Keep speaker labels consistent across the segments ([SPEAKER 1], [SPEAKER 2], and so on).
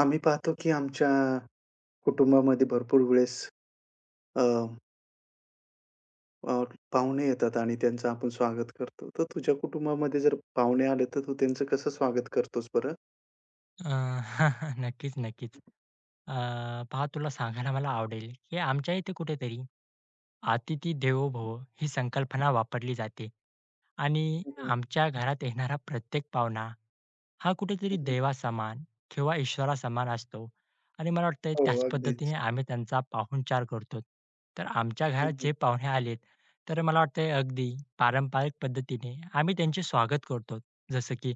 [SPEAKER 1] आम्ही पाहतो, की आमच्या कुटुंबामध्ये भरपूर वेळेस अ, अ, पाहुणे येतात आणि त्यांचं आपण स्वागत करतो. तर तुझ्या कुटुंबामध्ये जर पाहुणे आले, तर तू त्यांचं कसं स्वागत करतोस बरं?
[SPEAKER 2] अ, नक्कीच, नक्कीच. अ, पहा तुला सांगायला मला आवडेल, की आमच्या इथे कुठेतरी "अतिथी देवो भव" ही संकल्पना वापरली जाते. आणि
[SPEAKER 1] हं, हं,
[SPEAKER 2] आमच्या घरात येणारा प्रत्येक पाहुणा हा
[SPEAKER 1] हं,
[SPEAKER 2] कुठेतरी
[SPEAKER 1] हं.
[SPEAKER 2] देवासमान किंवा ईश्वरासमान असतो आणि मला वाटतंय
[SPEAKER 1] हो,
[SPEAKER 2] त्याच
[SPEAKER 1] अगदीच.
[SPEAKER 2] पद्धतीने आम्ही त्यांचा पाहुणचार करतो. तर आमच्या
[SPEAKER 1] हं,
[SPEAKER 2] घरात
[SPEAKER 1] हं,
[SPEAKER 2] जे पाहुणे आलेत, तर मला वाटतंय अगदी पारंपरिक पद्धतीने आम्ही त्यांचे स्वागत करतो. जसं की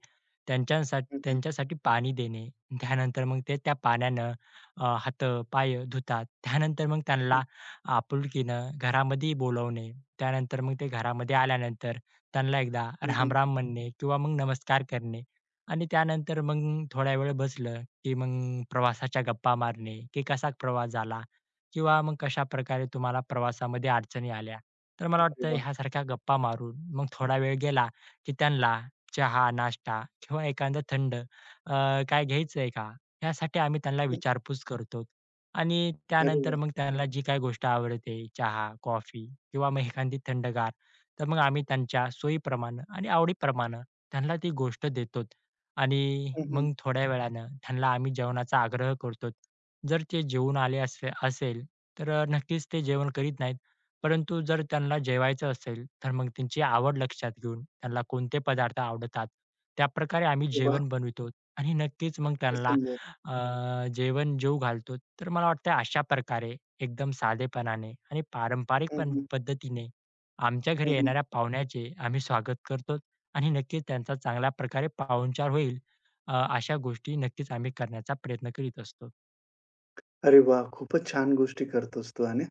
[SPEAKER 2] त्यांच्यासाठी
[SPEAKER 1] हं, हं,
[SPEAKER 2] त्यांच्यासाठी पाणी देणे, त्यानंतर मग ते त्या पाण्यानं हातं, पाय धुतात. त्यानंतर मग
[SPEAKER 1] हं,
[SPEAKER 2] त्यांना आपुलकीनं घरामध्ये बोलवणे. त्यानंतर मग ते घरामध्ये आल्यानंतर त्यांना एकदा
[SPEAKER 1] हं, हं.
[SPEAKER 2] राम-राम म्हणणे किंवा मग नमस्कार करणे आणि त्यानंतर मग थोड्या वेळ बसलं, की मग प्रवासाच्या गप्पा मारणे, की कसा प्रवास झाला किंवा मग कशाप्रकारे तुम्हाला प्रवासामध्ये अडचणी आल्या. तर मला
[SPEAKER 1] अरे
[SPEAKER 2] वाटतं
[SPEAKER 1] वाह!
[SPEAKER 2] ह्यासारख्या गप्पा मारून मग थोडा वेळ गेला, की त्यांना चहा, नाश्ता किंवा एखादं थंड काय घ्यायचंय का? यासाठी आम्ही त्यांना
[SPEAKER 1] हं,
[SPEAKER 2] विचारपूस करतो आणि
[SPEAKER 1] अरे
[SPEAKER 2] त्यानंतर
[SPEAKER 1] वाह!
[SPEAKER 2] मग त्यांना जी काही गोष्ट आवडते, चहा, कॉफी किंवा मग एखादी थंडगार तर मग आम्ही त्यांच्या सोयीप्रमाणे आणि आवडीप्रमाणे त्यांना ती गोष्ट देतो आणि
[SPEAKER 1] हं, हं.
[SPEAKER 2] मग थोड्या वेळानं त्यांना आम्ही जेवणाचा आग्रह करतो. जर ते जेवून आले असेल, तर नक्कीच ते जेवण करीत नाहीत. परंतु जर त्यांना जेवायचं असेल, तर मग त्यांची आवड लक्षात घेऊन त्यांना कोणते पदार्थ आवडतात, त्याप्रकारे आम्ही
[SPEAKER 1] अरे वाह!
[SPEAKER 2] जेवण बनवितो आणि नक्कीच मग
[SPEAKER 1] खूपच
[SPEAKER 2] त्यांना
[SPEAKER 1] सुंदर.
[SPEAKER 2] जेवण जेवू घालतो. तर मला वाटतं अशा प्रकारे एकदम साधेपणाने आणि पारंपरिक
[SPEAKER 1] हं,
[SPEAKER 2] पण
[SPEAKER 1] हं,
[SPEAKER 2] पद्धतीने आमच्या घरी
[SPEAKER 1] हं, हं.
[SPEAKER 2] येणाऱ्या पाहुण्याचे आम्ही स्वागत करतो आणि नक्कीच त्यांचा चांगल्या प्रकारे पाहुणचार होईल अशा गोष्टी नक्कीच आम्ही करण्याचा प्रयत्न करीत असतो.
[SPEAKER 1] अरे वाह! खूपच छान गोष्टी करतोस तू आणि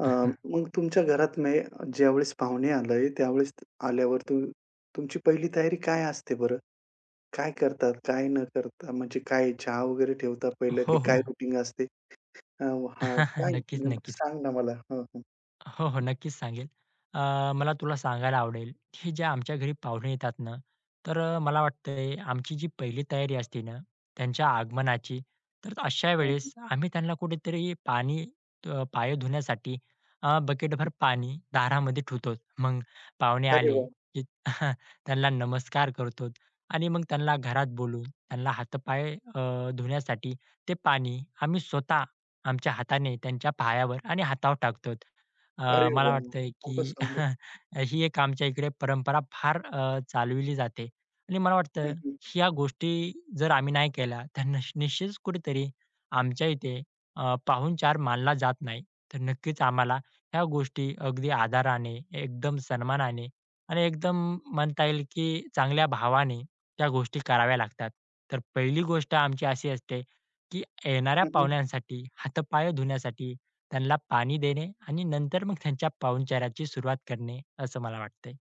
[SPEAKER 1] अ, मग तुमच्या घरात मे ज्यावेळेस पाहुणे आले, त्यावेळेस आल्यावर तू तुमची पहिली तयारी काय असते बरं? काय करतात? काय न करता? म्हणजे काय चहा वगैरे ठेवता पहिलं, की
[SPEAKER 2] हो,
[SPEAKER 1] काय
[SPEAKER 2] हो.
[SPEAKER 1] रुटीन असते? अ, हां, काय
[SPEAKER 2] नक्कीच,
[SPEAKER 1] नेमकं
[SPEAKER 2] नक्कीच.
[SPEAKER 1] सांग ना मला? हं, हं.
[SPEAKER 2] हो, हो. नक्कीच सांगेल. अ, मला तुला सांगायला आवडेल, हे जे आमच्या घरी पाहुणे येतात ना, तर मला वाटतंय आमची जी पहिली तयारी असते ना, त्यांच्या आगमनाची, तर अशा
[SPEAKER 1] हं, हं.
[SPEAKER 2] वेळेस आम्ही त्यांना कुठेतरी पाणी पाय धुण्यासाठी बकेटभर पाणी दारामध्ये ठेवतो. मग पाहुणे
[SPEAKER 1] अरे
[SPEAKER 2] आले,
[SPEAKER 1] वाह!
[SPEAKER 2] की त्यांना नमस्कार करतो आणि मग त्यांना घरात बोलवून त्यांना हातपाय धुण्यासाठी ते पाणी आम्ही स्वतः आमच्या हाताने त्यांच्या पायावर आणि हातावर टाकतो.
[SPEAKER 1] अरे
[SPEAKER 2] मला
[SPEAKER 1] वाह!
[SPEAKER 2] वाटतंय
[SPEAKER 1] खूपच
[SPEAKER 2] की
[SPEAKER 1] सुंदर.
[SPEAKER 2] ही एक आमच्या इकडे परंपरा फार चालविली जाते आणि मला
[SPEAKER 1] हं,
[SPEAKER 2] वाटतं
[SPEAKER 1] हं.
[SPEAKER 2] ह्या गोष्टी जर आम्ही नाही केल्या तर निश्चितच कुठेतरी आमच्या इथे पाहुणचार मानला जात नाही. तर नक्कीच आम्हाला ह्या गोष्टी अगदी आदराने, एकदम सन्मानाने आणि एकदम म्हणता येईल की चांगल्या भावाने त्या गोष्टी कराव्या लागतात. तर पहिली गोष्ट आमची अशी असते की येणाऱ्या
[SPEAKER 1] हं, हं.
[SPEAKER 2] पाहुण्यांसाठी हातपाय धुण्यासाठी त्यांना पाणी देणे आणि नंतर मग त्यांच्या पाहुणचाराची सुरुवात करणे, असं मला वाटतंय.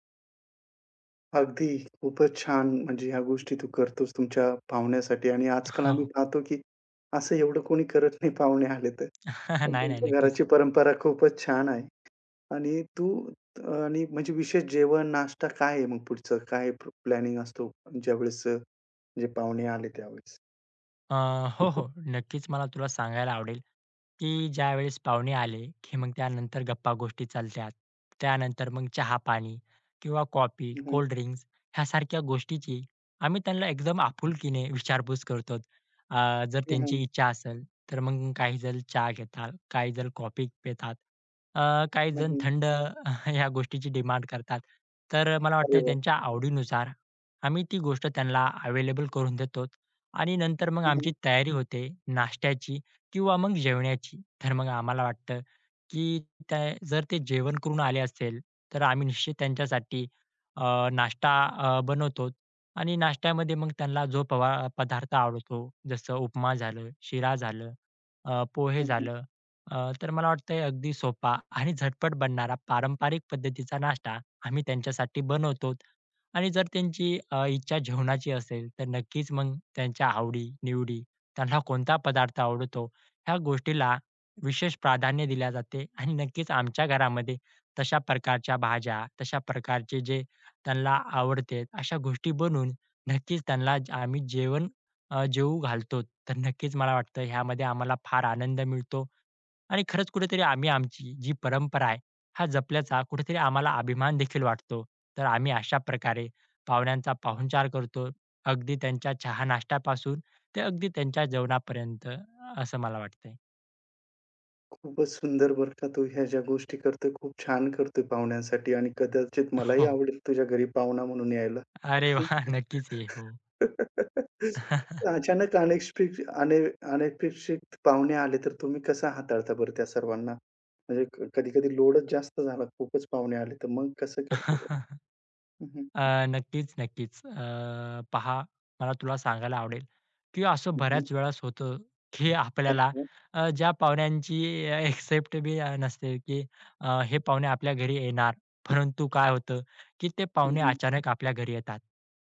[SPEAKER 1] अगदी खूपच छान. म्हणजे ह्या गोष्टी तू करतोस तुमच्या पाहुण्यासाठी आणि आजकाल आम्ही
[SPEAKER 2] हो.
[SPEAKER 1] पाहतो, की असं एवढं कोणी करत नाही पाहुणे आले तर. पण
[SPEAKER 2] नाही, नाही.
[SPEAKER 1] तुमच्या
[SPEAKER 2] नक्कीच.
[SPEAKER 1] घराची परंपरा खूपच छान आहे आणि तू आणि म्हणजे विशेष जेवण, नाश्ता काय आहे मग पुढचं? काय प्लॅनिंग असतो ज्यावेळेस जे पाहुणे आले त्यावेळेस.
[SPEAKER 2] अ, हो, हो. नक्कीच मला तुला सांगायला आवडेल, की ज्यावेळेस पाहुणे आले, की मग त्यानंतर गप्पा-गोष्टी चालतात. त्यानंतर मग चहा-पाणी किंवा कॉफी,
[SPEAKER 1] हं, हं.
[SPEAKER 2] कोल्ड ड्रिंक्स ह्यासारख्या गोष्टीची आम्ही त्यांना एकदम आपुलकीने विचारपूस करतो. जर
[SPEAKER 1] हं, हं.
[SPEAKER 2] त्यांची इच्छा असेल, तर मग काही जण चहा घेतात, काही जण कॉफी पितात, अ, काही
[SPEAKER 1] हं,
[SPEAKER 2] जण
[SPEAKER 1] हं.
[SPEAKER 2] थंड ह्या गोष्टीची डिमांड करतात. तर मला
[SPEAKER 1] अरे
[SPEAKER 2] वाटतंय
[SPEAKER 1] वाह!
[SPEAKER 2] त्यांच्या आवडीनुसार आम्ही ती गोष्ट त्यांना अवेलेबल करून देतो. आणि नंतर मग
[SPEAKER 1] हं,
[SPEAKER 2] आमची
[SPEAKER 1] हं.
[SPEAKER 2] तयारी होते नाश्त्याची किंवा मग जेवणाची. तर मग आम्हाला वाटतं, की त्या जर ते जेवण करून आले असेल, तर आम्ही निश्चित त्यांच्यासाठी नाश्ता बनवतो आणि नाश्त्यामध्ये मग त्यांना जो पदार्थ आवडतो, जसं उपमा झालं, शिरा झालं, पोहे
[SPEAKER 1] हं, हं.
[SPEAKER 2] झालं. तर मला वाटतंय अगदी सोपा आणि झटपट बनणारा पारंपरिक पद्धतीचा नाश्ता आम्ही त्यांच्यासाठी बनवतो आणि जर त्यांची इच्छा जेवणाची असेल, तर नक्कीच मग त्यांच्या आवडी-निवडी, त्यांना कोणता पदार्थ आवडतो, ह्या गोष्टीला विशेष प्राधान्य दिल्या जाते आणि नक्कीच आमच्या घरामध्ये तशा प्रकारच्या भाज्या, तशा प्रकारचे जे त्यांना आवडते, अशा गोष्टी बनवून नक्कीच त्यांना आम्ही जेवण जेवू घालतो. तर नक्कीच मला वाटतं ह्यामध्ये आम्हाला फार आनंद मिळतो आणि खरंच कुठेतरी आम्ही आमची जी परंपरा आहे, हा जपल्याचा कुठेतरी आम्हाला अभिमान देखील वाटतो. तर आम्ही अशा प्रकारे पाहुण्यांचा पाहुणचार करतो. अगदी त्यांच्या चहा-नाश्त्यापासून ते अगदी त्यांच्या जेवणापर्यंत असं मला वाटतंय.
[SPEAKER 1] खूपच सुंदर बरं का तू ह्या ज्या गोष्टी करतोय, खूप छान करतोय पाहुण्यांसाठी आणि कदाचित मलाही
[SPEAKER 2] हो.
[SPEAKER 1] आवडेल तुझ्या घरी पाहुणा म्हणून यायला.
[SPEAKER 2] अरे
[SPEAKER 1] हं.
[SPEAKER 2] वाह! नक्कीच ये. हो.
[SPEAKER 1] अचानक अनएक्सपेक्ट अने अनपेक्षित पाहुणे आले, तर तुम्ही कसं हाताळता बरं त्या सर्वांना? म्हणजे क कधी-कधी लोडच जास्त झाला, खूपच पाहुणे आले, तर मग कसं करतो बरं? हं, हं.
[SPEAKER 2] नक्कीच, नक्कीच. पहा, मला तुला सांगायला आवडेल, की असं
[SPEAKER 1] हं, हं.
[SPEAKER 2] बऱ्याच वेळेस होतं, की आपल्याला
[SPEAKER 1] अच्छा.
[SPEAKER 2] ज्या पाहुण्यांची एक्सेप्ट बी नसते, की हे पाहुणे आपल्या घरी येणार. परंतु काय होतं, की ते
[SPEAKER 1] हं,
[SPEAKER 2] पाहुणे
[SPEAKER 1] हं.
[SPEAKER 2] अचानक आपल्या घरी येतात.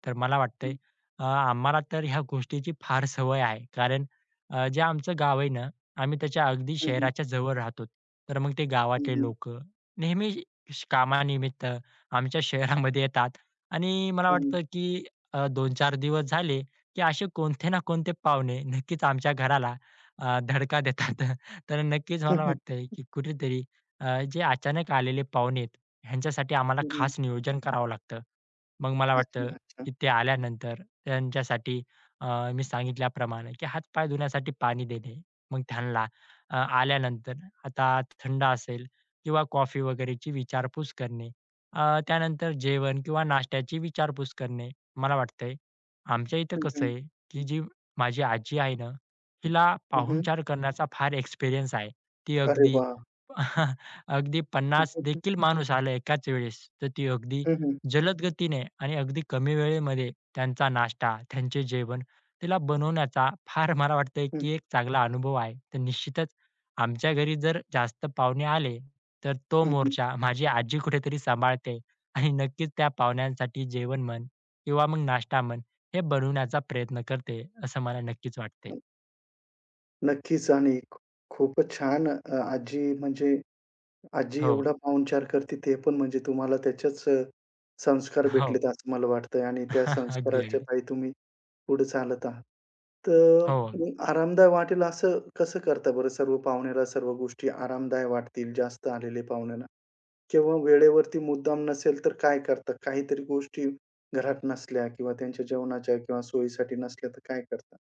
[SPEAKER 2] तर मला
[SPEAKER 1] हं.
[SPEAKER 2] वाटतंय आम्हाला तर ह्या गोष्टीची फार सवय आहे. कारण जे आमचं गाव आहे ना, आम्ही त्याच्या अगदी
[SPEAKER 1] हं, हं.
[SPEAKER 2] शहराच्या जवळ राहतो. तर मग ते
[SPEAKER 1] हं,
[SPEAKER 2] गावातले
[SPEAKER 1] हं.
[SPEAKER 2] लोकं नेहमी कामानिमित्त आमच्या शहरामध्ये येतात आणि मला
[SPEAKER 1] हं, हं.
[SPEAKER 2] वाटतं, की 2-4 दिवस झाले, की असे कोणते ना कोणते पाहुणे नक्कीच आमच्या घराला धडका देतात. तर नक्कीच मला
[SPEAKER 1] हं.
[SPEAKER 2] वाटतंय, की कुठेतरी जे अचानक आलेले पाहुणे आहेत, ह्यांच्यासाठी आम्हाला
[SPEAKER 1] हं, हं.
[SPEAKER 2] खास नियोजन करावं लागतं. मग मला वाटतं,
[SPEAKER 1] अच्छा, अच्छा.
[SPEAKER 2] की ते आल्यानंतर त्यांच्यासाठी अ, मी सांगितल्याप्रमाणे, की हात धुण्यासाठी पाणी देणे. मग त्यांना आल्यानंतर आता थंड असेल किंवा कॉफी वगैरेची विचारपूस करणे. त्यानंतर जेवण किंवा नाश्त्याची विचारपूस करणे. मला वाटतंय, आमच्या इथं
[SPEAKER 1] हं,
[SPEAKER 2] कसं
[SPEAKER 1] हं.
[SPEAKER 2] आहे, की जी माझी आजी आहे ना, हिला
[SPEAKER 1] हं, हं.
[SPEAKER 2] पाहुणचार हं. करण्याचा फार एक्सपिरियन्स आहे. ती
[SPEAKER 1] अरे
[SPEAKER 2] अगदी
[SPEAKER 1] वाह!
[SPEAKER 2] अगदी
[SPEAKER 1] हं,
[SPEAKER 2] 50
[SPEAKER 1] हं, हं.
[SPEAKER 2] देखील माणूस आला एकाच वेळेस, तर ती अगदी
[SPEAKER 1] हं, हं.
[SPEAKER 2] जलद गतीने आणि अगदी कमी वेळेमध्ये त्यांचा नाश्ता, त्यांचे जेवण तिला बनवण्याचा फार मला वाटतंय,
[SPEAKER 1] हं,
[SPEAKER 2] की एक चांगला अनुभव आहे. तर निश्चितच आमच्या घरी जर जास्त पाहुणे आले, तर तो
[SPEAKER 1] हं, हं.
[SPEAKER 2] मोर्चा माझी आजी कुठेतरी सांभाळते आणि नक्कीच त्या पाहुण्यांसाठी जेवण म्हण किंवा मग नाश्ता म्हण, हे बनवण्याचा प्रयत्न करते, असं मला नक्कीच वाटते.
[SPEAKER 1] हं. नक्कीच आणि खू खूपच छान आजी म्हणजे आजी
[SPEAKER 2] हो,
[SPEAKER 1] एवढा पाहुणचार करते ते पण म्हणजे तुम्हाला त्याच्याच संस्कार
[SPEAKER 2] हो.
[SPEAKER 1] भेटलेत असं मला वाटतंय आणि त्या
[SPEAKER 2] अगदी,
[SPEAKER 1] संस्काराच्या
[SPEAKER 2] अगदी.
[SPEAKER 1] पायी तुम्ही पुढे चालत आहात. तर
[SPEAKER 2] हो.
[SPEAKER 1] मग आरामदायक वाटेल असं कसं करता बरं सर्व पाहुण्याला सर्व गोष्टी आरामदायक वाटतील जास्त आलेले पाहुण्यांना? किंवा वेळेवरती मुद्दाम नसेल तर काय करतात? काहीतरी गोष्टी घरात नसल्या किंवा त्यांच्या जेवणाच्या किंवा सोयीसाठी नसल्या तर काय करतात?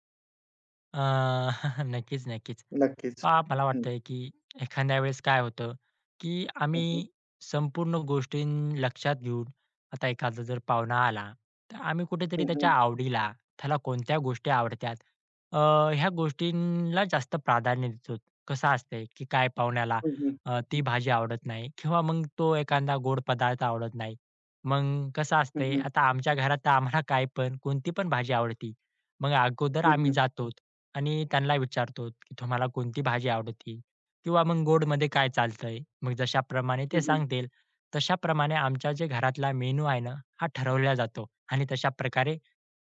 [SPEAKER 2] अ, नक्कीच, नक्कीच.
[SPEAKER 1] नक्कीच.
[SPEAKER 2] पहा मला
[SPEAKER 1] हं,
[SPEAKER 2] वाटतंय की एखाद्या वेळेस काय होतं, की
[SPEAKER 1] हं,
[SPEAKER 2] आम्ही
[SPEAKER 1] हं.
[SPEAKER 2] संपूर्ण गोष्टी लक्षात घेऊन आता एखादा जर पाहुणा आला, तर आम्ही कुठेतरी
[SPEAKER 1] हं,
[SPEAKER 2] त्याच्या
[SPEAKER 1] हं.
[SPEAKER 2] आवडीला, त्याला कोणत्या गोष्टी आवडतात, अ, ह्या गोष्टींना जास्त प्राधान्य देतो. कसं असतंय, की काय पाहुण्याला
[SPEAKER 1] हं, हं.
[SPEAKER 2] ती भाजी आवडत नाही किंवा मग तो एखादा गोड पदार्थ आवडत नाही. मग कसं
[SPEAKER 1] हं,
[SPEAKER 2] असतंय,
[SPEAKER 1] हं.
[SPEAKER 2] आता आमच्या घरात तर आम्हाला काय पण, कोणती पण भाजी आवडती. मग अगोदर
[SPEAKER 1] हं,
[SPEAKER 2] आम्ही
[SPEAKER 1] हं.
[SPEAKER 2] जातो आणि त्यांना विचारतो, की तुम्हाला कोणती भाजी आवडते? किंवा मग गोडमध्ये काय चालतंय? मग जशाप्रमाणे ते
[SPEAKER 1] हं, हं.
[SPEAKER 2] सांगतील, तशाप्रमाणे आमच्या जे घरातला मेनू आहे ना, हा ठरवला जातो आणि तशा प्रकारे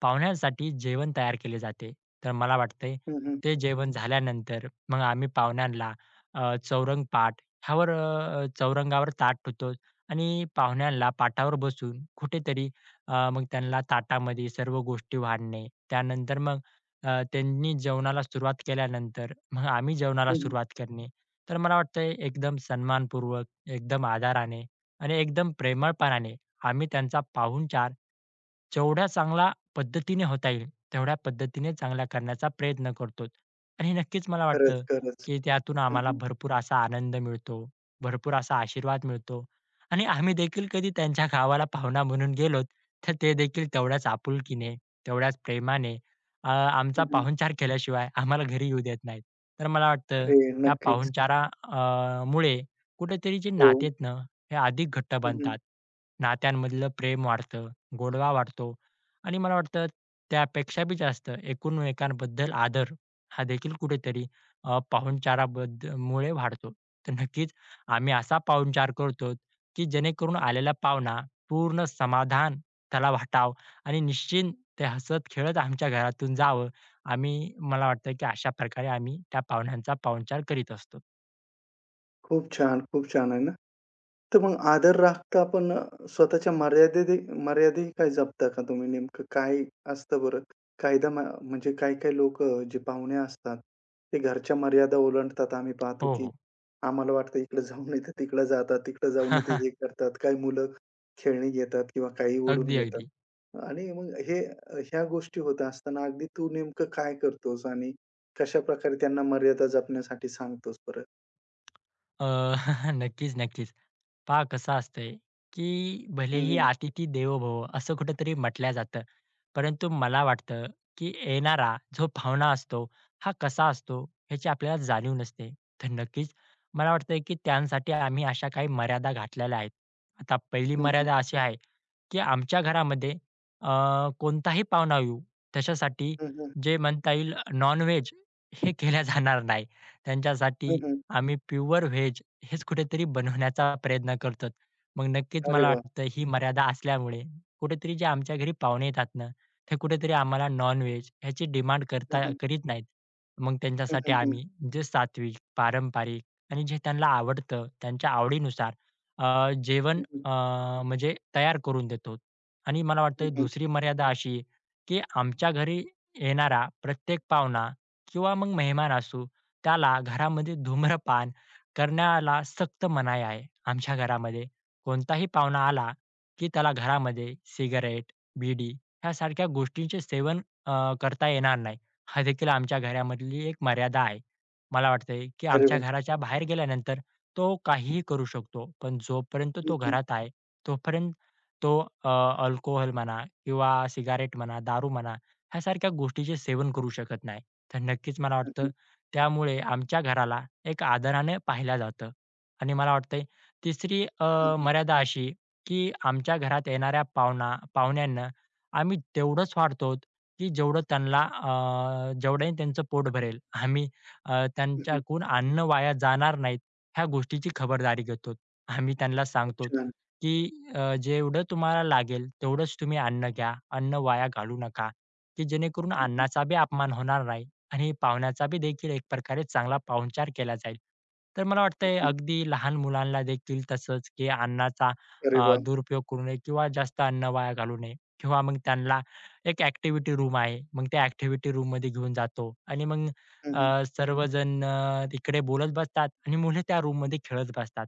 [SPEAKER 2] पाहुण्यांसाठी जेवण तयार केले जाते. तर मला वाटतंय
[SPEAKER 1] हं, हं.
[SPEAKER 2] ते जेवण झाल्यानंतर मग आम्ही पाहुण्यांना चौरंग पाट ह्यावर चौरंगावर ताट ठेवतो आणि पाहुण्यांना पाटावर बसून कुठेतरी मग त्यांना ताटामध्ये सर्व गोष्टी वाढणे. त्यानंतर मग त्यांनी जेवणाला सुरुवात केल्यानंतर मग आम्ही जेवणाला सुरुवात करणे. तर मला वाटतंय एकदम सन्मानपूर्वक, एकदम आदराने आणि एकदम प्रेमळपणाने आम्ही त्यांचा पाहुणचार जेवढ्या चांगल्या पद्धतीने होता येईल, तेवढ्या पद्धतीने चांगला करण्याचा प्रयत्न करतो. आणि नक्कीच मला
[SPEAKER 1] खरंच,
[SPEAKER 2] वाटतं,
[SPEAKER 1] खरंच.
[SPEAKER 2] की त्यातून
[SPEAKER 1] हं,
[SPEAKER 2] आम्हाला
[SPEAKER 1] हं.
[SPEAKER 2] भरपूर असा आनंद मिळतो, भरपूर असा आशीर्वाद मिळतो आणि आम्ही देखील कधी त्यांच्या गावाला पाहुणा म्हणून गेलो, तर ते देखील तेवढ्याच आपुलकीने, तेवढ्याच प्रेमाने आमचा
[SPEAKER 1] हं, हं.
[SPEAKER 2] पाहुणचार केल्याशिवाय आम्हाला घरी येऊ देत नाहीत. तर मला वाटतं
[SPEAKER 1] अरे
[SPEAKER 2] ह्या
[SPEAKER 1] नक्कीच.
[SPEAKER 2] पाहुणचारा मुळे कुठेतरी जे
[SPEAKER 1] हो.
[SPEAKER 2] नाते आहेत ना, हे अधिक घट्ट
[SPEAKER 1] हं, हं.
[SPEAKER 2] बनतात. नात्यांमधलं प्रेम वाढतं, गोडवा वाढतो आणि मला वाटतं त्यापेक्षा बी जास्त एकूणमेकांबद्दल आदर हा देखील कुठेतरी मुळे वाढतो. तर नक्कीच आम्ही असा पाहुणचार करतो, की जेणेकरून आलेला पाहुणा पूर्ण समाधान त्याला वाटावं आणि निश्चिंत ते हसत-खेळत आमच्या घरातून जावं. आम्ही मला वाटतं, की अशा प्रकारे आम्ही त्या पाहुण्यांचा पाहुणचार करीत असतो.
[SPEAKER 1] खूप छान, खूप छान आहे ना? तर मग आदर राखता पण स्वतःच्या मर्यादेतही मर्यादाही काय जपता का तुम्ही? नेमकं काय असतं बरं? कायदा म म्हणजे काही-काही लोकं जे पाहुणे असतात, ते घरच्या मर्यादा ओलांडतात. आम्ही पाहतो
[SPEAKER 2] हो,
[SPEAKER 1] की
[SPEAKER 2] हो.
[SPEAKER 1] आम्हाला वाटतं इकडे जाऊ नये तर तिकडे जातात, तिकडे जाऊ नये ते हे करतात. काही मुलं खेळणी घेतात किंवा काही ओढून
[SPEAKER 2] अगदी,
[SPEAKER 1] घेतात.
[SPEAKER 2] अगदी.
[SPEAKER 1] आणि मग हे ह्या गोष्टी होत असताना अगदी तू नेमकं काय करतोस आणि कशाप्रकारे त्यांना मर्यादा जपण्यासाठी सांगतोस बरं?
[SPEAKER 2] अ, नक्कीच, नक्कीच. पहा कसं असतंय, की
[SPEAKER 1] हं,
[SPEAKER 2] भलेही
[SPEAKER 1] हं.
[SPEAKER 2] "अतिथी देवो भव" असं कुठेतरी म्हटलं जातं. परंतु मला वाटतं, की येणारा जो पाहुणा असतो, हा कसा असतो ह्याची आपल्याला जाणीव नसते. तर नक्कीच मला वाटतंय, की त्यांसाठी आम्ही अशा काही मर्यादा घातलेल्या आहेत. आता पहिली
[SPEAKER 1] हं, हं.
[SPEAKER 2] मर्यादा अशी आहे, की आमच्या घरामध्ये कोणताही पाहुणा येऊ त्याच्यासाठी
[SPEAKER 1] हं, हं.
[SPEAKER 2] जे म्हणता येईल नॉन हे केल्या जाणार नाही. त्यांच्यासाठी
[SPEAKER 1] हं,
[SPEAKER 2] आम्ही प्युअर व्हेज हेच कुठेतरी बनवण्याचा प्रयत्न करतात. मग नक्कीच
[SPEAKER 1] अरे
[SPEAKER 2] मला
[SPEAKER 1] वाह!
[SPEAKER 2] वाटतं ही मर्यादा असल्यामुळे कुठेतरी जे आमच्या घरी पाहुणे येतात ना, ते कुठेतरी आम्हाला नॉन-व्हेज ह्याची डिमांड
[SPEAKER 1] हं, हं.
[SPEAKER 2] करीत नाहीत. मग
[SPEAKER 1] हं,
[SPEAKER 2] त्यांच्यासाठी
[SPEAKER 1] हं, हं.
[SPEAKER 2] आम्ही जे सात्विक, पारंपरिक आणि जे त्यांना आवडतं त्यांच्या आवडीनुसार जेवण
[SPEAKER 1] हं, हं.
[SPEAKER 2] म्हणजे तयार करून देतो. आणि मला
[SPEAKER 1] हं,
[SPEAKER 2] वाटतं
[SPEAKER 1] हं.
[SPEAKER 2] दुसरी मर्यादा अशी, की आमच्या घरी येणारा प्रत्येक पाहुणा किंवा मग मेहमान असो, त्याला घरामध्ये धूम्रपान करण्याला सक्त मनाई आहे. आमच्या घरामध्ये कोणताही पाहुणा आला, की त्याला घरामध्ये सिगारेट, बिडी ह्यासारख्या गोष्टींचे सेवन अ, करता येणार नाही. हा देखील आमच्या घरामधली एक मर्यादा आहे. मला वाटतंय, की
[SPEAKER 1] अरे
[SPEAKER 2] आमच्या
[SPEAKER 1] वाह!
[SPEAKER 2] घराच्या बाहेर गेल्यानंतर तो काहीही करू शकतो. पण जोपर्यंत
[SPEAKER 1] हं,
[SPEAKER 2] तो
[SPEAKER 1] हं.
[SPEAKER 2] घरात आहे, तोपर्यंत तो अ, अल्कोहोल म्हणा किंवा सिगारेट म्हणा, दारू म्हणा ह्यासारख्या गोष्टीचे सेवन करू शकत नाही. तर नक्कीच मला
[SPEAKER 1] हं,
[SPEAKER 2] वाटतं
[SPEAKER 1] हं.
[SPEAKER 2] त्यामुळे आमच्या घराला एक आदराने पाहिलं जातं आणि मला वाटतंय तिसरी
[SPEAKER 1] हं, हं.
[SPEAKER 2] मर्यादा अशी की आमच्या घरात येणाऱ्या पाहुण्यांना आम्ही तेवढंच वाढतो की जेवढं त्यांना जेवढंही त्यांचं पोट भरेल. आम्ही
[SPEAKER 1] हं, हं.
[SPEAKER 2] त्यांच्याकडून अन्न वाया जाणार नाहीत ह्या गोष्टीची खबरदारी घेतो. आम्ही त्यांना
[SPEAKER 1] खूप
[SPEAKER 2] सांगतो
[SPEAKER 1] छान.
[SPEAKER 2] की जेवढं तुम्हाला लागेल तेवढंच तुम्ही अन्न घ्या. अन्न वाया घालवू नका की जेणेकरून
[SPEAKER 1] हं, हं.
[SPEAKER 2] अन्नाचा बी अपमान होणार नाही. आणि पाहुण्याचा बी देखील एक प्रकारे चांगला पाहुणचार केला जाईल. तर मला
[SPEAKER 1] हं,
[SPEAKER 2] वाटतंय
[SPEAKER 1] हं.
[SPEAKER 2] अगदी लहान मुलांना देखील तसंच की अन्नाचा
[SPEAKER 1] अरे वाह!
[SPEAKER 2] दुरुपयोग करू नये किंवा जास्त अन्न वाया घालू नये किंवा मग त्यांना एक ॲक्टिव्हिटी रूम आहे. मग त्या ॲक्टिव्हिटी रूममध्ये घेऊन जातो आणि मग
[SPEAKER 1] हं, हं.
[SPEAKER 2] सर्वजण तिकडे बोलत बसतात आणि मुले त्या रूममध्ये खेळत बसतात.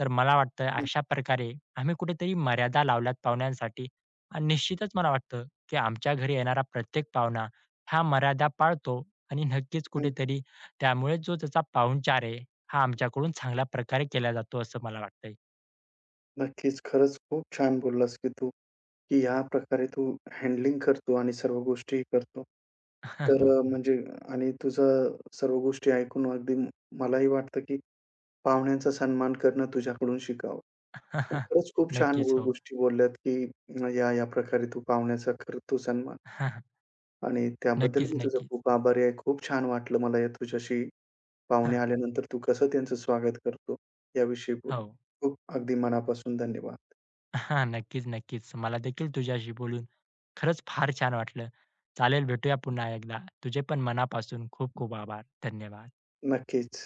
[SPEAKER 2] तर मला वाटतं अशा प्रकारे आम्ही कुठेतरी मर्यादा लावल्यात पाहुण्यांसाठी आणि निश्चितच मला वाटतं की आमच्या घरी येणारा प्रत्येक पाहुणा ह्या मर्यादा पाळतो आणि नक्कीच
[SPEAKER 1] हं, हं.
[SPEAKER 2] कुठेतरी त्यामुळे जो त्याचा पाहुणचार आहे, हा आमच्याकडून चांगल्या प्रकारे केला जातो असं मला वाटतंय.
[SPEAKER 1] नक्कीच. खरंच खूप छान बोललास की तू, की ह्या प्रकारे तू हँडलिंग करतो आणि सर्व गोष्टीही करतो. तर
[SPEAKER 2] हो.
[SPEAKER 1] म्हणजे आणि तुझा सर्व गोष्टी ऐकून अगदी मलाही वाटतं की पाहुण्यांचा सन्मान करणं तुझ्याकडून शिकावं. आणि खरंच खूप छान
[SPEAKER 2] नक्कीच
[SPEAKER 1] गो
[SPEAKER 2] हो.
[SPEAKER 1] गोष्टी बोलल्यात की या, या प्रकारे तू पाहुण्याचा करतो सन्मान. आणि त्याबद्दल मी
[SPEAKER 2] नक्कीच,
[SPEAKER 1] तुझा
[SPEAKER 2] नक्कीच.
[SPEAKER 1] खूप आभारी आहे. खूप छान वाटलं मला या तुझ्याशी पाहुणे आल्यानंतर तू कसं त्यांचं स्वागत करतो, याविषयी बोलून.
[SPEAKER 2] हो.
[SPEAKER 1] खूप अगदी मनापासून धन्यवाद.
[SPEAKER 2] नक्कीच, नक्कीच. मला देखील तुझ्याशी बोलून खरंच फार छान वाटलं. चालेल भेटूया पुन्हा एकदा. तुझे पण मनापासून खूप खूप आभार. धन्यवाद.
[SPEAKER 1] नक्कीच.